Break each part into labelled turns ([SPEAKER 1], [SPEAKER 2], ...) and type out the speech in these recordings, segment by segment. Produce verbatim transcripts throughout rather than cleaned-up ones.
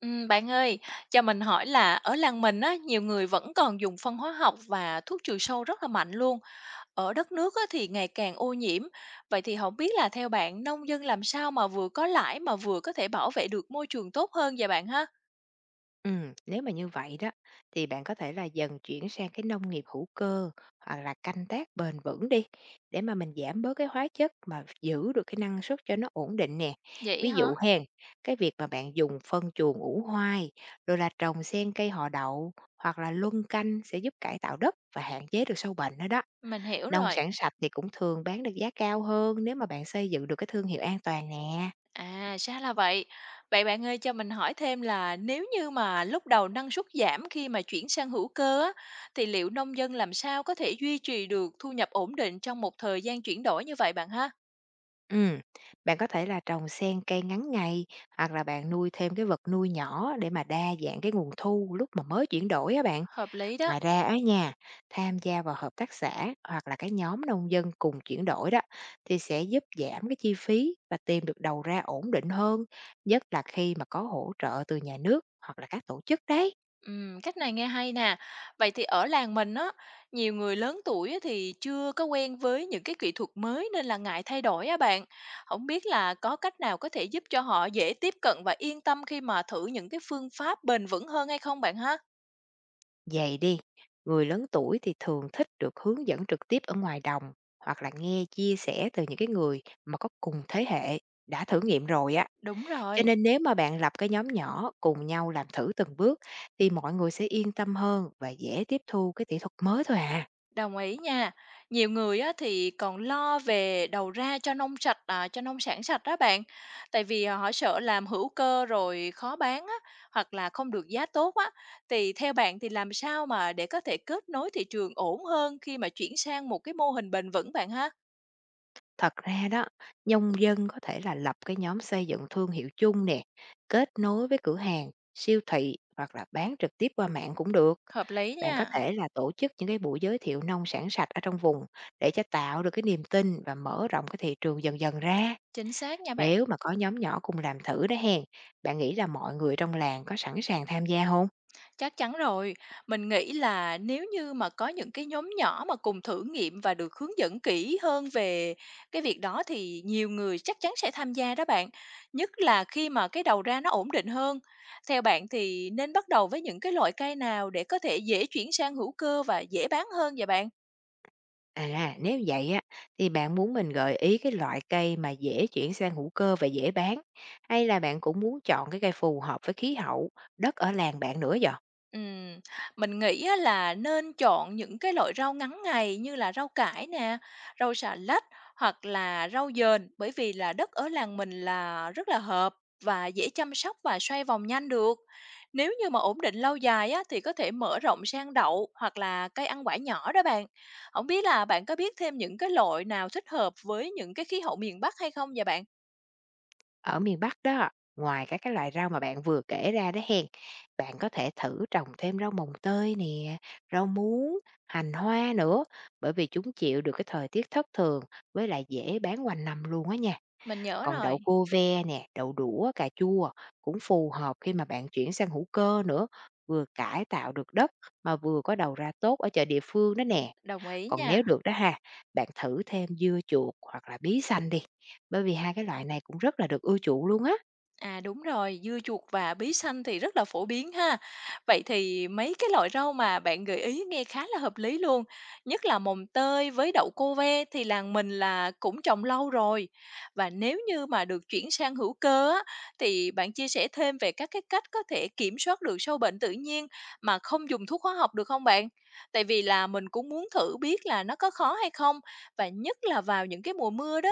[SPEAKER 1] Ừm, bạn ơi, cho mình hỏi là ở làng mình á, nhiều người vẫn còn dùng phân hóa học và thuốc trừ sâu rất là mạnh luôn. Ở đất nước á, thì ngày càng ô nhiễm. Vậy thì không biết là theo bạn, nông dân làm sao mà vừa có lãi mà vừa có thể bảo vệ được môi trường tốt hơn vậy bạn ha?
[SPEAKER 2] Ừ, nếu mà như vậy đó thì bạn có thể là dần chuyển sang cái nông nghiệp hữu cơ hoặc là canh tác bền vững đi, để mà mình giảm bớt cái hóa chất mà giữ được cái năng suất cho nó ổn định nè.
[SPEAKER 1] Vậy
[SPEAKER 2] Ví
[SPEAKER 1] hả?
[SPEAKER 2] dụ hen, cái việc mà bạn dùng phân chuồng ủ hoai rồi là trồng xen cây họ đậu hoặc là luân canh sẽ giúp cải tạo đất và hạn chế được sâu bệnh đó đó.
[SPEAKER 1] Mình hiểu
[SPEAKER 2] Nông
[SPEAKER 1] rồi.
[SPEAKER 2] sản sạch thì cũng thường bán được giá cao hơn nếu mà bạn xây dựng được cái thương hiệu an toàn nè.
[SPEAKER 1] À, ra là vậy. Vậy bạn ơi, cho mình hỏi thêm là nếu như mà lúc đầu năng suất giảm khi mà chuyển sang hữu cơ á, thì liệu nông dân làm sao có thể duy trì được thu nhập ổn định trong một thời gian chuyển đổi như vậy bạn ha?
[SPEAKER 2] Ừm, Bạn có thể là trồng xen cây ngắn ngày hoặc là bạn nuôi thêm cái vật nuôi nhỏ để mà đa dạng cái nguồn thu lúc mà mới chuyển đổi á bạn.
[SPEAKER 1] Hợp lý đó.
[SPEAKER 2] Ngoài ra á nha, tham gia vào hợp tác xã hoặc là cái nhóm nông dân cùng chuyển đổi đó thì sẽ giúp giảm cái chi phí và tìm được đầu ra ổn định hơn, nhất là khi mà có hỗ trợ từ nhà nước hoặc là các tổ chức đấy.
[SPEAKER 1] Ừm, cách này nghe hay nè. Vậy thì ở làng mình á, nhiều người lớn tuổi á thì chưa có quen với những cái kỹ thuật mới nên là ngại thay đổi á bạn. Không biết là có cách nào có thể giúp cho họ dễ tiếp cận và yên tâm khi mà thử những cái phương pháp bền vững hơn hay không bạn ha?
[SPEAKER 2] Vậy đi, người lớn tuổi thì thường thích được hướng dẫn trực tiếp ở ngoài đồng hoặc là nghe chia sẻ từ những cái người mà có cùng thế hệ đã thử nghiệm rồi á.
[SPEAKER 1] Đúng
[SPEAKER 2] Cho
[SPEAKER 1] rồi.
[SPEAKER 2] nên nếu mà bạn lập cái nhóm nhỏ cùng nhau làm thử từng bước thì mọi người sẽ yên tâm hơn và dễ tiếp thu cái kỹ thuật mới thôi à.
[SPEAKER 1] Đồng ý nha. Nhiều người á thì còn lo về đầu ra cho nông sạch, à, cho nông sản sạch đó bạn. Tại vì, à, họ sợ làm hữu cơ rồi khó bán á, hoặc là không được giá tốt á. Thì theo bạn thì làm sao mà để có thể kết nối thị trường ổn hơn khi mà chuyển sang một cái mô hình bền vững bạn ha?
[SPEAKER 2] Thật ra đó, nông dân có thể là lập cái nhóm xây dựng thương hiệu chung nè, kết nối với cửa hàng, siêu thị hoặc là bán trực tiếp qua mạng cũng được.
[SPEAKER 1] Hợp lý
[SPEAKER 2] Bạn có
[SPEAKER 1] nha,
[SPEAKER 2] thể là tổ chức những cái buổi giới thiệu nông sản sạch ở trong vùng để cho tạo được cái niềm tin và mở rộng cái thị trường dần dần ra.
[SPEAKER 1] chính xác nha bạn.
[SPEAKER 2] Nếu mà có nhóm nhỏ cùng làm thử đó hèn, bạn nghĩ là mọi người trong làng có sẵn sàng tham gia không?
[SPEAKER 1] Chắc chắn rồi. Mình nghĩ là nếu như mà có những cái nhóm nhỏ mà cùng thử nghiệm và được hướng dẫn kỹ hơn về cái việc đó thì nhiều người chắc chắn sẽ tham gia đó bạn. Nhất là khi mà cái đầu ra nó ổn định hơn. Theo bạn thì nên bắt đầu với những cái loại cây nào để có thể dễ chuyển sang hữu cơ và dễ bán hơn vậy bạn?
[SPEAKER 2] À, nếu vậy á thì bạn muốn mình gợi ý cái loại cây mà dễ chuyển sang hữu cơ và dễ bán, hay là bạn cũng muốn chọn cái cây phù hợp với khí hậu, đất ở làng bạn nữa vậy?
[SPEAKER 1] Ừm, mình nghĩ á là nên chọn những cái loại rau ngắn ngày như là rau cải nè, rau xà lách hoặc là rau dền, bởi vì là đất ở làng mình là rất là hợp và dễ chăm sóc và xoay vòng nhanh được. Nếu như mà ổn định lâu dài á, thì có thể mở rộng sang đậu hoặc là cây ăn quả nhỏ đó bạn. Không biết là bạn có biết thêm những cái loại nào thích hợp với những cái khí hậu miền Bắc hay không vậy bạn?
[SPEAKER 2] Ở miền Bắc đó, ngoài các cái loại rau mà bạn vừa kể ra đó hen, bạn có thể thử trồng thêm rau mồng tơi nè, rau muống, hành hoa nữa, bởi vì chúng chịu được cái thời tiết thất thường với lại dễ bán quanh năm luôn á nha.
[SPEAKER 1] Mình nhớ
[SPEAKER 2] Còn đậu
[SPEAKER 1] rồi,
[SPEAKER 2] cô ve nè, đậu đũa, cà chua cũng phù hợp khi mà bạn chuyển sang hữu cơ nữa, vừa cải tạo được đất mà vừa có đầu ra tốt ở chợ địa phương đó nè.
[SPEAKER 1] đồng ý
[SPEAKER 2] Còn nếu
[SPEAKER 1] nha.
[SPEAKER 2] được đó ha, bạn thử thêm dưa chuột hoặc là bí xanh đi, bởi vì hai cái loại này cũng rất là được ưa chuộng luôn á.
[SPEAKER 1] À, đúng rồi, dưa chuột và bí xanh thì rất là phổ biến ha. Vậy thì mấy cái loại rau mà bạn gợi ý nghe khá là hợp lý luôn, nhất là mồng tơi với đậu cô ve thì làng mình là cũng trồng lâu rồi. Và nếu như mà được chuyển sang hữu cơ á, thì bạn chia sẻ thêm về các cái cách có thể kiểm soát được sâu bệnh tự nhiên mà không dùng thuốc hóa học được không bạn? Tại vì là mình cũng muốn thử biết là nó có khó hay không và nhất là vào những cái mùa mưa đó.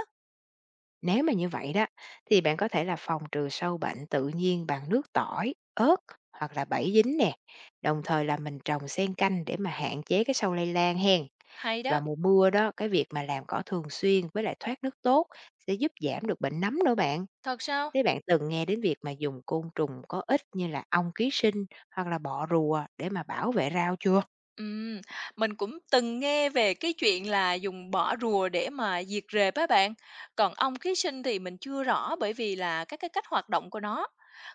[SPEAKER 2] Nếu mà như vậy đó thì bạn có thể là phòng trừ sâu bệnh tự nhiên bằng nước tỏi, ớt hoặc là bẫy dính nè. Đồng thời là mình trồng xen canh để mà hạn chế cái sâu lây lan hen.
[SPEAKER 1] Hay đó,
[SPEAKER 2] Vào mùa mưa đó, cái việc mà làm cỏ thường xuyên với lại thoát nước tốt sẽ giúp giảm được bệnh nấm nữa bạn.
[SPEAKER 1] thật sao?
[SPEAKER 2] Thế bạn từng nghe đến việc mà dùng côn trùng có ích như là ong ký sinh hoặc là bọ rùa để mà bảo vệ rau chưa?
[SPEAKER 1] Ừm, mình cũng từng nghe về cái chuyện là dùng bỏ rùa để mà diệt rệp á bạn. Còn ong ký sinh thì mình chưa rõ bởi vì là các cái cách hoạt động của nó.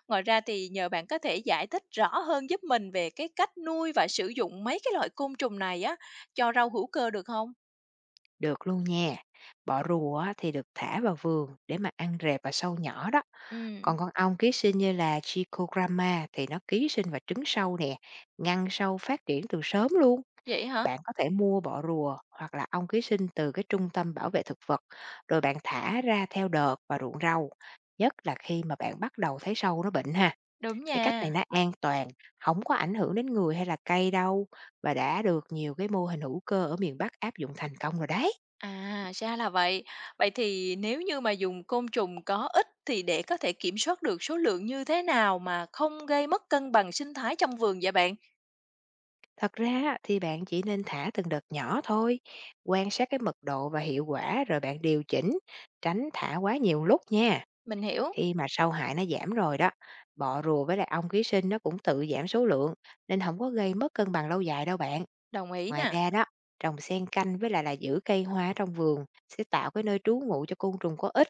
[SPEAKER 1] Ngoài ra thì nhờ bạn có thể giải thích rõ hơn giúp mình về cái cách nuôi và sử dụng mấy cái loại côn trùng này á cho rau hữu cơ được không?
[SPEAKER 2] Được luôn nha. Bọ rùa á, thì được thả vào vườn để mà ăn rệp và sâu nhỏ đó.
[SPEAKER 1] Ừm,
[SPEAKER 2] Còn con ong ký sinh như là Trichogramma thì nó ký sinh vào trứng sâu nè, ngăn sâu phát triển từ sớm luôn.
[SPEAKER 1] Vậy hả?
[SPEAKER 2] Bạn có thể mua bọ rùa hoặc là ong ký sinh từ cái trung tâm bảo vệ thực vật, rồi bạn thả ra theo đợt vào ruộng rau, nhất là khi mà bạn bắt đầu thấy sâu nó bệnh ha.
[SPEAKER 1] Đúng
[SPEAKER 2] Cái cách này
[SPEAKER 1] nha.
[SPEAKER 2] nó an toàn, không có ảnh hưởng đến người hay là cây đâu, và đã được nhiều cái mô hình hữu cơ ở miền Bắc áp dụng thành công rồi đấy.
[SPEAKER 1] À, ra là vậy. Vậy thì nếu như mà dùng côn trùng có ích thì để có thể kiểm soát được số lượng như thế nào mà không gây mất cân bằng sinh thái trong vườn vậy bạn?
[SPEAKER 2] Thật ra á, thì bạn chỉ nên thả từng đợt nhỏ thôi, quan sát cái mật độ và hiệu quả rồi bạn điều chỉnh, tránh thả quá nhiều lúc nha.
[SPEAKER 1] Mình hiểu,
[SPEAKER 2] Khi mà sâu hại nó giảm rồi đó, bọ rùa với lại ong ký sinh nó cũng tự giảm số lượng, nên không có gây mất cân bằng lâu dài đâu bạn.
[SPEAKER 1] đồng ý
[SPEAKER 2] Ngoài
[SPEAKER 1] nè.
[SPEAKER 2] ra đó, trồng xen canh với lại là giữ cây hoa trong vườn sẽ tạo cái nơi trú ngụ cho côn trùng có ích,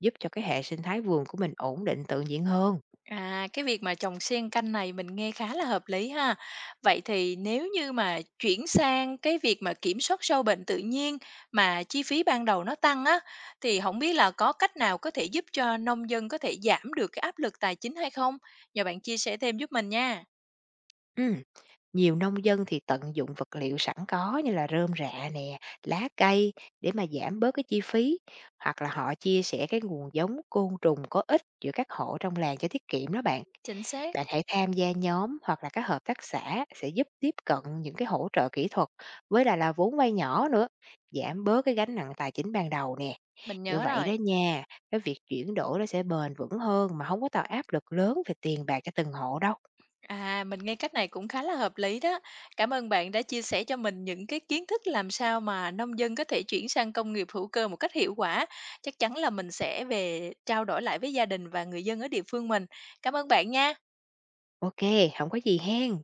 [SPEAKER 2] giúp cho cái hệ sinh thái vườn của mình ổn định tự nhiên hơn.
[SPEAKER 1] À, cái việc mà trồng xen canh này mình nghe khá là hợp lý ha. Vậy thì nếu như mà chuyển sang cái việc mà kiểm soát sâu bệnh tự nhiên mà chi phí ban đầu nó tăng á, thì không biết là có cách nào có thể giúp cho nông dân có thể giảm được cái áp lực tài chính hay không? Nhờ bạn chia sẻ thêm giúp mình nha.
[SPEAKER 2] Ừm, Nhiều nông dân thì tận dụng vật liệu sẵn có như là rơm rạ nè, lá cây để mà giảm bớt cái chi phí, hoặc là họ chia sẻ cái nguồn giống côn trùng có ích giữa các hộ trong làng cho tiết kiệm đó bạn.
[SPEAKER 1] Chính xác,
[SPEAKER 2] Bạn hãy tham gia nhóm hoặc là các hợp tác xã sẽ giúp tiếp cận những cái hỗ trợ kỹ thuật với lại là vốn vay nhỏ nữa, giảm bớt cái gánh nặng tài chính ban đầu nè.
[SPEAKER 1] mình
[SPEAKER 2] Như
[SPEAKER 1] nhớ
[SPEAKER 2] vậy
[SPEAKER 1] rồi.
[SPEAKER 2] đó nha, cái việc chuyển đổi nó sẽ bền vững hơn mà không có tạo áp lực lớn về tiền bạc cho từng hộ đâu.
[SPEAKER 1] À, mình nghe cách này cũng khá là hợp lý đó. Cảm ơn bạn đã chia sẻ cho mình những cái kiến thức làm sao mà nông dân có thể chuyển sang công nghiệp hữu cơ một cách hiệu quả. Chắc chắn là mình sẽ về trao đổi lại với gia đình và người dân ở địa phương mình. Cảm ơn bạn nha.
[SPEAKER 2] Ok, không có gì hen.